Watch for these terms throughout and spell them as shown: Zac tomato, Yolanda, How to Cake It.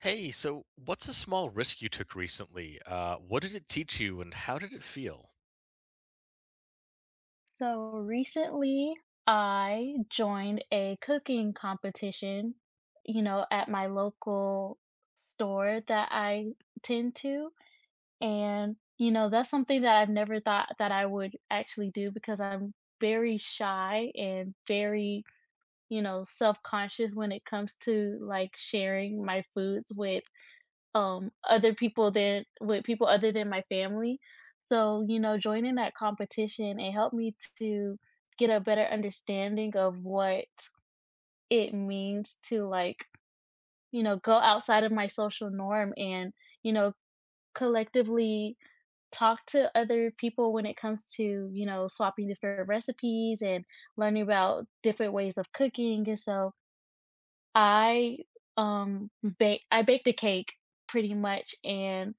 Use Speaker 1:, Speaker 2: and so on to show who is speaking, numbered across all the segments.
Speaker 1: Hey, so what's a small risk you took recently? What did it teach you, and how did it feel?
Speaker 2: So recently, I joined a cooking competition, at my local store that I tend to. And, that's something that I've never thought that I would actually do because I'm very shy and very, self conscious when it comes to like sharing my foods with other people than with people other than my family. So, joining that competition, it helped me to get a better understanding of what it means to like, go outside of my social norm and, you know, collectively talk to other people when it comes to, swapping different recipes and learning about different ways of cooking. And so I I baked a cake pretty much, and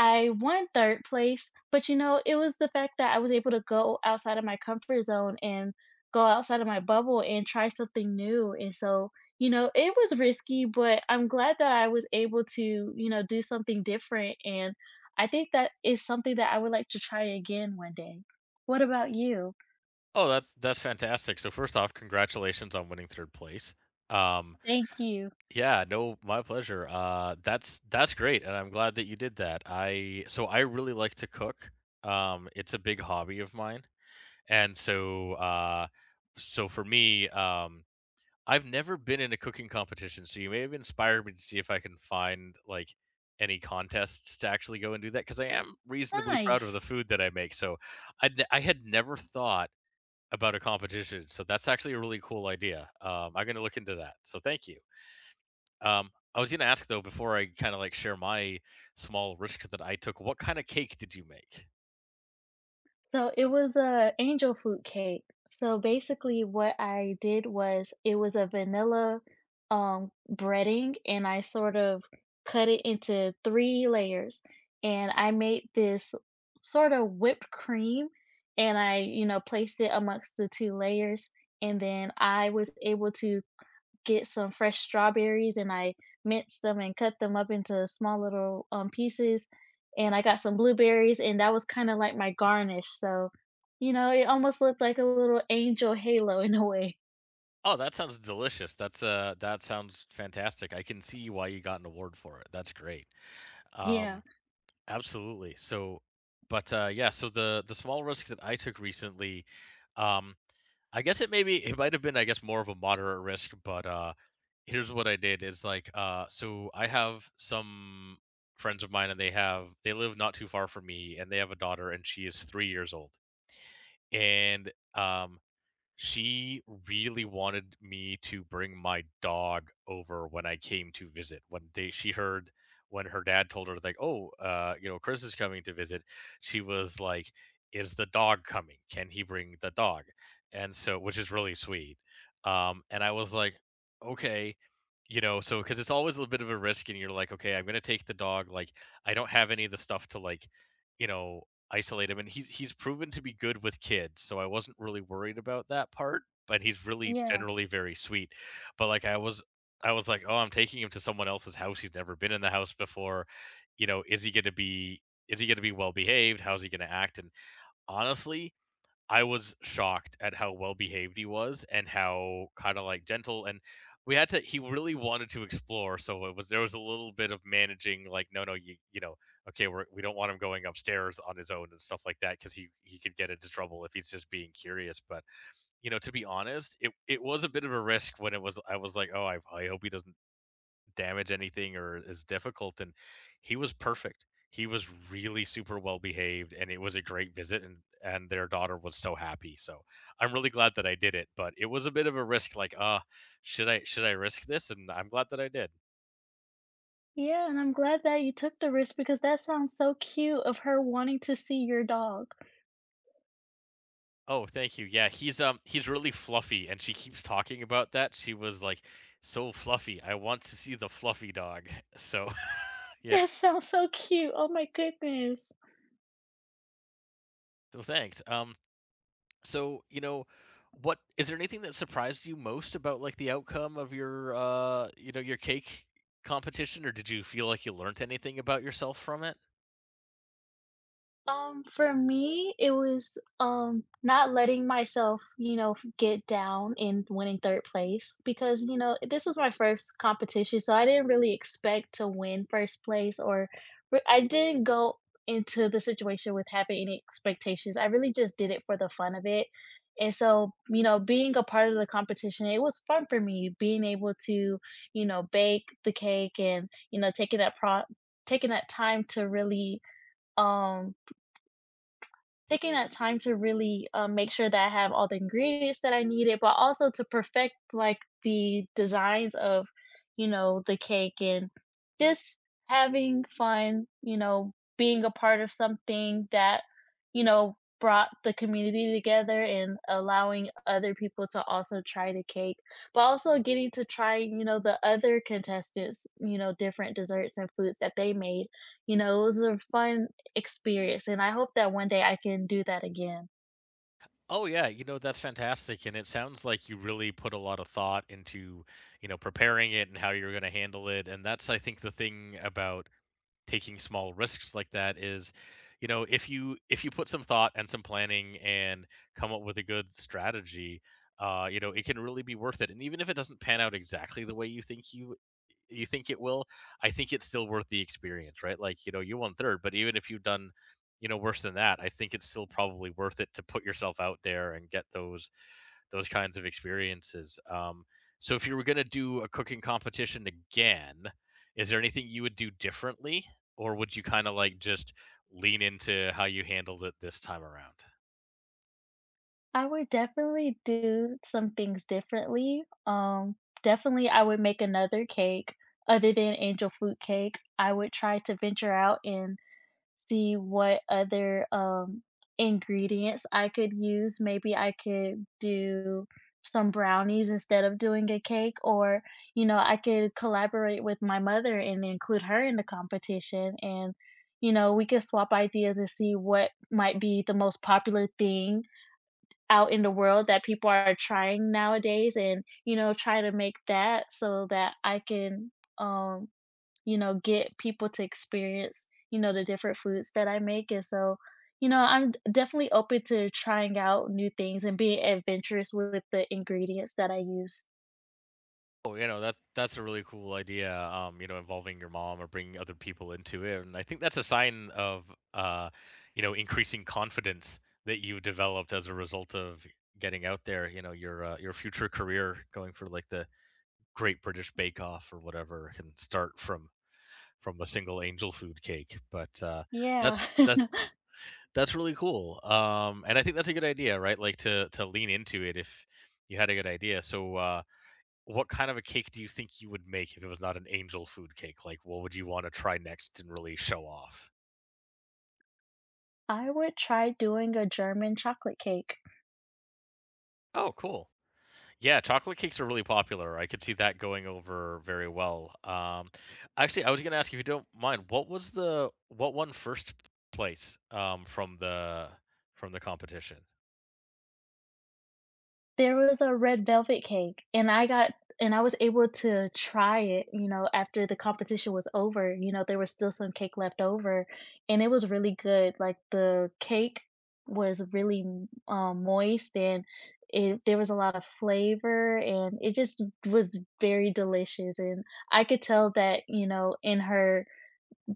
Speaker 2: I won 3rd place, but, it was the fact that I was able to go outside of my comfort zone and go outside of my bubble and try something new, and so, it was risky, but I'm glad that I was able to, do something different, and I think that is something that I would like to try again one day. What about you?
Speaker 1: Oh, that's fantastic. So first off, congratulations on winning third place. Um,
Speaker 2: Thank you.
Speaker 1: yeah, no, my pleasure. That's great, and I'm glad that you did that. I so I really like to cook. It's a big hobby of mine, and so for me, I've never been in a cooking competition, so you may have inspired me to see if I can find, like, any contests to actually go and do that. Because I am reasonably proud of the
Speaker 2: Nice.
Speaker 1: food that I make, so I had never thought about a competition, so that's actually a really cool idea. I'm gonna look into that, so thank you. I was gonna ask, though, before I kinda, like, share my small risk that I took, what kinda cake did you make?
Speaker 2: So it was a angel food cake. So basically what I did was it was a vanilla breading, and I sort of cut it into three layers, and I made this sort of whipped cream, and I, placed it amongst the two layers, and then I was able to get some fresh strawberries, and I minced them and cut them up into small little, pieces, and I got some blueberries, and that was kinda like my garnish, so, it almost looked like a little angel halo in a way.
Speaker 1: Oh, that sounds delicious. That's, that sounds fantastic. I can see why you got an award for it. That's great.
Speaker 2: Yeah,
Speaker 1: Um Absolutely. So, but yeah, so the small risk that I took recently, um, I guess it might have been I guess more of a moderate risk, but here's what I did is like so I have some friends of mine and they live not too far from me and they have a daughter and she is 3 years old and um she really wanted me to bring my dog over when I came to visit. When they she heard when her dad told her like, "Oh, you know, Chris is coming to visit." She was like, "Is the dog coming? Can he bring the dog?" And so, which is really sweet. And I was like, "Okay, you know," cuz it's always a little bit of a risk and you're like, "Okay, I'm going to take the dog, like I don't have any of the stuff to, like, you know, isolate him," and he's proven to be good with kids, so I wasn't really worried about that part, but he's really
Speaker 2: yeah,
Speaker 1: generally very sweet. But, like, I was like, "Oh, I'm taking him to someone else's house, he's never been in the house before." You know, is he gonna be well behaved? How's he gonna act? And honestly, I was shocked at how well behaved he was and how kind of like gentle. And we had to he really wanted to explore, so it was there was a little bit of managing, like, "No, no, you know, okay, we don't want him going upstairs on his own" and stuff like that, because he could get into trouble if he's just being curious. But, you know, to be honest, it was a bit of a risk, when it was, I was like, "Oh, I hope he doesn't damage anything or is difficult." And he was perfect. He was really super well behaved, and it was a great visit. And their daughter was so happy. So I'm really glad that I did it. But it was a bit of a risk. Like, should I risk this? And I'm glad that I did.
Speaker 2: yeah, and I'm glad that you took the risk because that sounds so cute of her wanting to see your dog.
Speaker 1: Oh, thank you. Yeah, he's really fluffy, and she keeps talking about that. She was like, "So fluffy. I want to see the fluffy dog." So yeah.
Speaker 2: That sounds so cute, oh my goodness.
Speaker 1: Well, thanks. So, you know, what is there anything that surprised you most about like the outcome of your you know, your cake competition, or did you feel like you learned anything about yourself from it?
Speaker 2: For me, it was, not letting myself, get down in winning 3rd place because, this was my first competition, so I didn't really expect to win 1st place, or I didn't go into the situation with having any expectations. I really just did it for the fun of it, and so, being a part of the competition, it was fun for me being able to, bake the cake, and, taking that time to really, um, taking that time to really, make sure that I have all the ingredients that I needed, but also to perfect, like, the designs of, the cake, and just having fun, being a part of something that, brought the community together and allowing other people to also try the cake, but also getting to try, the other contestants, different desserts and foods that they made. You know, it was a fun experience, and I hope that one day I can do that again.
Speaker 1: Oh yeah, you know, that's fantastic, and it sounds like you really put a lot of thought into, you know, preparing it and how you're going to handle it. And that's, I think, the thing about taking small risks like that is, you know, if you put some thought and some planning and come up with a good strategy, you know, it can really be worth it. And even if it doesn't pan out exactly the way you think you you think it will, I think it's still worth the experience, right? Like, you know, you won third, but even if you've done, you know, worse than that, I think it's still probably worth it to put yourself out there and get those kinds of experiences. So if you were going to do a cooking competition again, is there anything you would do differently, or would you kind of like just lean into how you handled it this time around?
Speaker 2: I would definitely do some things differently. Definitely, I would make another cake other than angel food cake. I would try to venture out and see what other, ingredients I could use. Maybe I could do some brownies instead of doing a cake, or, I could collaborate with my mother and include her in the competition. And, we could swap ideas and see what might be the most popular thing out in the world that people are trying nowadays, and, try to make that so that I can, um, get people to experience, the different foods that I make, and so, I'm definitely open to trying out new things and being adventurous with the ingredients that I use.
Speaker 1: Oh, you know, that's a really cool idea. You know, involving your mom or bringing other people into it, and I think that's a sign of uh, you know, increasing confidence that you've developed as a result of getting out there. You know, your future career going for like the Great British Bake Off or whatever can start from a single angel food cake, but,
Speaker 2: Yeah.
Speaker 1: that's that that's really cool, and I think that's a good idea, right? Like, to lean into it if you had a good idea. So, what kind of a cake do you think you would make if it was not an angel food cake? Like, what would you wanna try next and really show off?
Speaker 2: I would try doing a German chocolate cake.
Speaker 1: Oh, cool. Yeah, chocolate cakes are really popular, I could see that going over very well. Actually, I was gonna ask, if you don't mind, what was the what won 1st place, from the competition?
Speaker 2: There was a red velvet cake, and I got and I was able to try it, after the competition was over, there was still some cake left over, and it was really good. Like, the cake was really, m moist, and it there was a lot of flavor, and it just was very delicious, and I could tell that, in her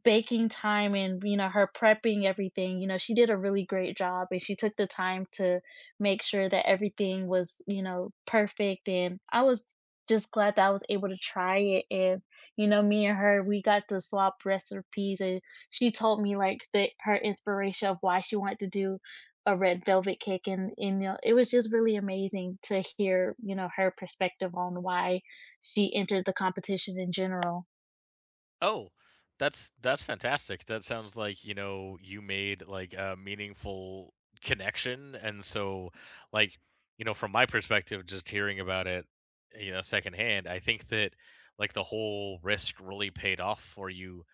Speaker 2: baking time and, her prepping everything, she did a really great job, and she took the time to make sure that everything was, perfect, and I was just glad that I was able to try it, and, me and her, we got to swap recipes, and she told me like the her inspiration of why she wanted to do a red velvet cake, and it was just really amazing to hear, her perspective on why she entered the competition in general.
Speaker 1: Oh, that's fantastic. That sounds like, you know, you made like a meaningful connection. And so, like, you know, from my perspective, just hearing about it, you know, secondhand, I think that like the whole risk really paid off for you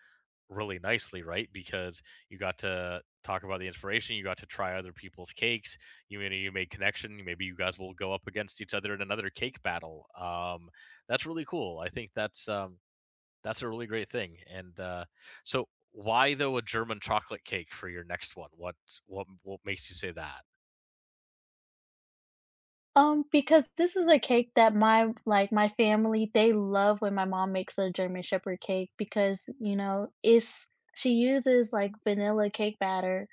Speaker 1: really nicely, right? Because you got to talk about the inspiration, you got to try other people's cakes, you know, you made connection. Maybe you guys will go up against each other in another cake battle. That's really cool. I think that's a really great thing. And so why, though, a German chocolate cake for your next one? What makes you say that?
Speaker 2: Because this is a cake that my like, my family, they love when my mom makes a German Shepherd cake because, it's she uses, like, vanilla cake batter,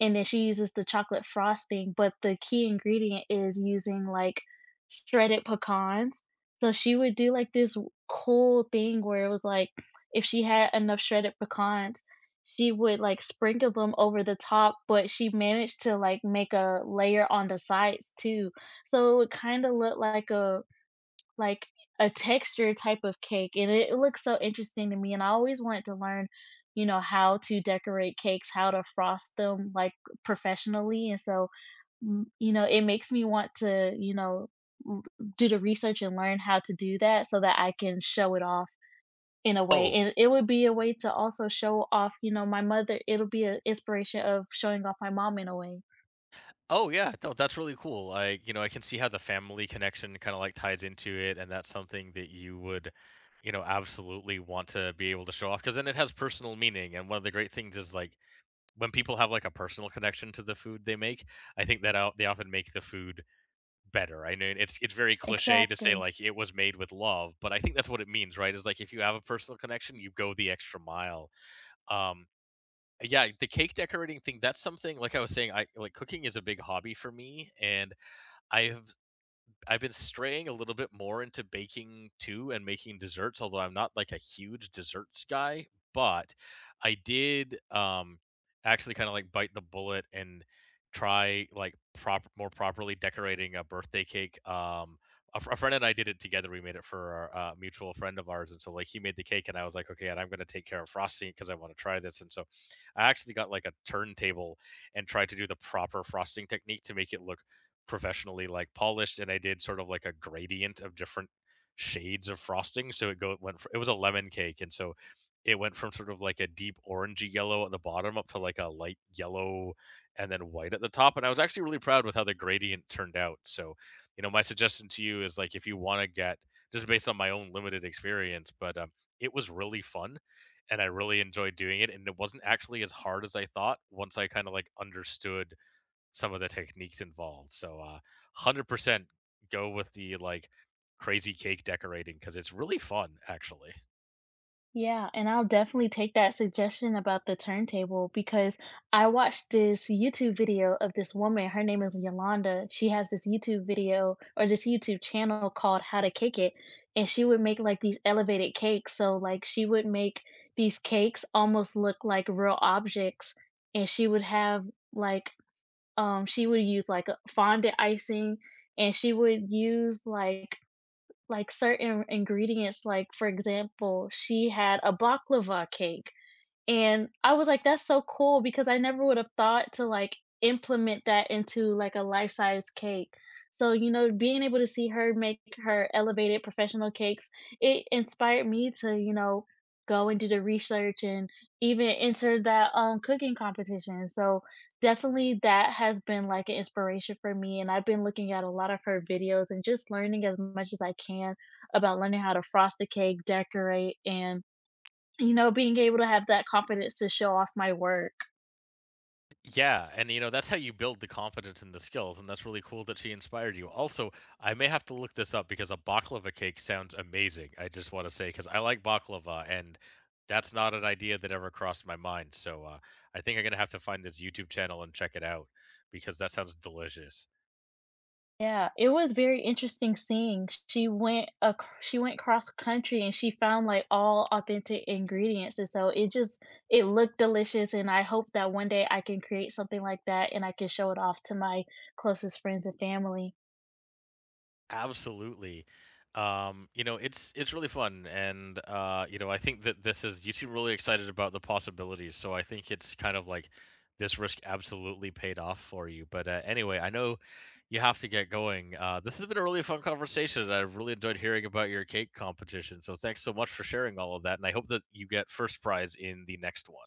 Speaker 2: and then she uses the chocolate frosting, but the key ingredient is using, like, shredded pecans. So she would do, like, this w cool thing where it was, like, if she had enough shredded pecans, she would, like, sprinkle them over the top, but she managed to, like, make a layer on the sides too. So it would kinda look like a like texture type of cake, and it looks so interesting to me, and I always wanted to learn, how to decorate cakes, how to frost them, like, professionally, and so, it makes me want to, l do the research and learn how to do that so that I can show it off in a way,
Speaker 1: Oh,
Speaker 2: and it would be a way to also show off, my mother. It'll be an inspiration of showing off my mom in a way.
Speaker 1: oh yeah, no, that's really cool. I you know, I can see how the family connection kinda, like, ties into it, and that's something that you would, you know, absolutely want to be able to show off, because then it has personal meaning. And one of the great things is, like, when people have, like, a personal connection to the food they make, I think that out they often make the food better. I know it's very cliche to say
Speaker 2: Exactly.
Speaker 1: like it was made with love, but I think that's what it means, right? Is like if you have a personal connection, you go the extra mile. Um yeah, the cake decorating thing, that's something like I was saying, I like cooking is a big hobby for me, and I've I've been straying a little bit more into baking too and making desserts, although I'm not like a huge desserts guy. But I did actually kind of like bite the bullet and try like prop more properly decorating a birthday cake. A friend and I did it together. We made it for a mutual friend of ours, and so like he made the cake, and I was like, "Okay, and I'm gonna take care of frosting because I want to try this." And so I actually got like a turntable and tried to do the proper frosting technique to make it look professionally like polished, and I did sort of like a gradient of different shades of frosting. So it went fr it was a lemon cake, and so it went from sort of like a deep orangey yellow at the bottom up to like a light yellow and then white at the top. And I was actually really proud with how the gradient turned out. So, you know, my suggestion to you is like if you want to get, just based on my own limited experience, but it was really fun, and I really enjoyed doing it. And it wasn't actually as hard as I thought once I kind of like understood some of the techniques involved. So, 100% go with the like crazy cake decorating, because it's really fun, actually.
Speaker 2: Yeah, and I'll definitely take that suggestion about the turntable because I watched this YouTube video of this woman. Her name is Yolanda. She has this YouTube video, or this YouTube channel called How to Cake It. And she would make like these elevated cakes. So, like, she would make these cakes almost look like real objects. And she would like, use like a fondant icing, and she would use like certain ingredients, like for example, she had a baklava cake, and I was like, "That's so cool," because I never would have thought to, like, implement that into, like, a life-size cake. So, being able to see her make her elevated professional cakes, it inspired me to, go and do the research and even enter that, cooking competition. So, definitely that has been, like, an inspiration for me, and I've been looking at a lot of her videos and just learning as much as I can about learning how to frost the cake, decorate, and being able to have that confidence to show off my work.
Speaker 1: Yeah. And, you know, that's how you build the confidence and the skills. And that's really cool that she inspired you. Also, I may have to look this up because a baklava cake sounds amazing. I just want to say, because I like baklava, and that's not an idea that ever crossed my mind. So, I think I'm going to have to find this YouTube channel and check it out because that sounds delicious.
Speaker 2: Yeah, it was very interesting seeing. She went ac she went cross country, and she found, like, all authentic ingredients, and so it just it looked delicious, and I hope that one day I can create something like that, and I can show it off to my closest friends and family.
Speaker 1: Absolutely. You know, it's really fun. And you know, I think that this is, you seem really excited about the possibilities. So I think it's kind of like this risk absolutely paid off for you. But anyway, I know you have to get going. This has been a really fun conversation, and I've really enjoyed hearing about your cake competition. So thanks so much for sharing all of that. And I hope that you get first prize in the next one.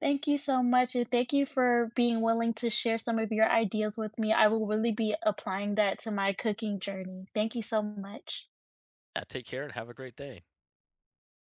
Speaker 2: Thank you so much, and thank you for being willing to share some of your ideas with me. I will really be applying that to my cooking journey. Thank you so much.
Speaker 1: Yeah, take care and have a great day.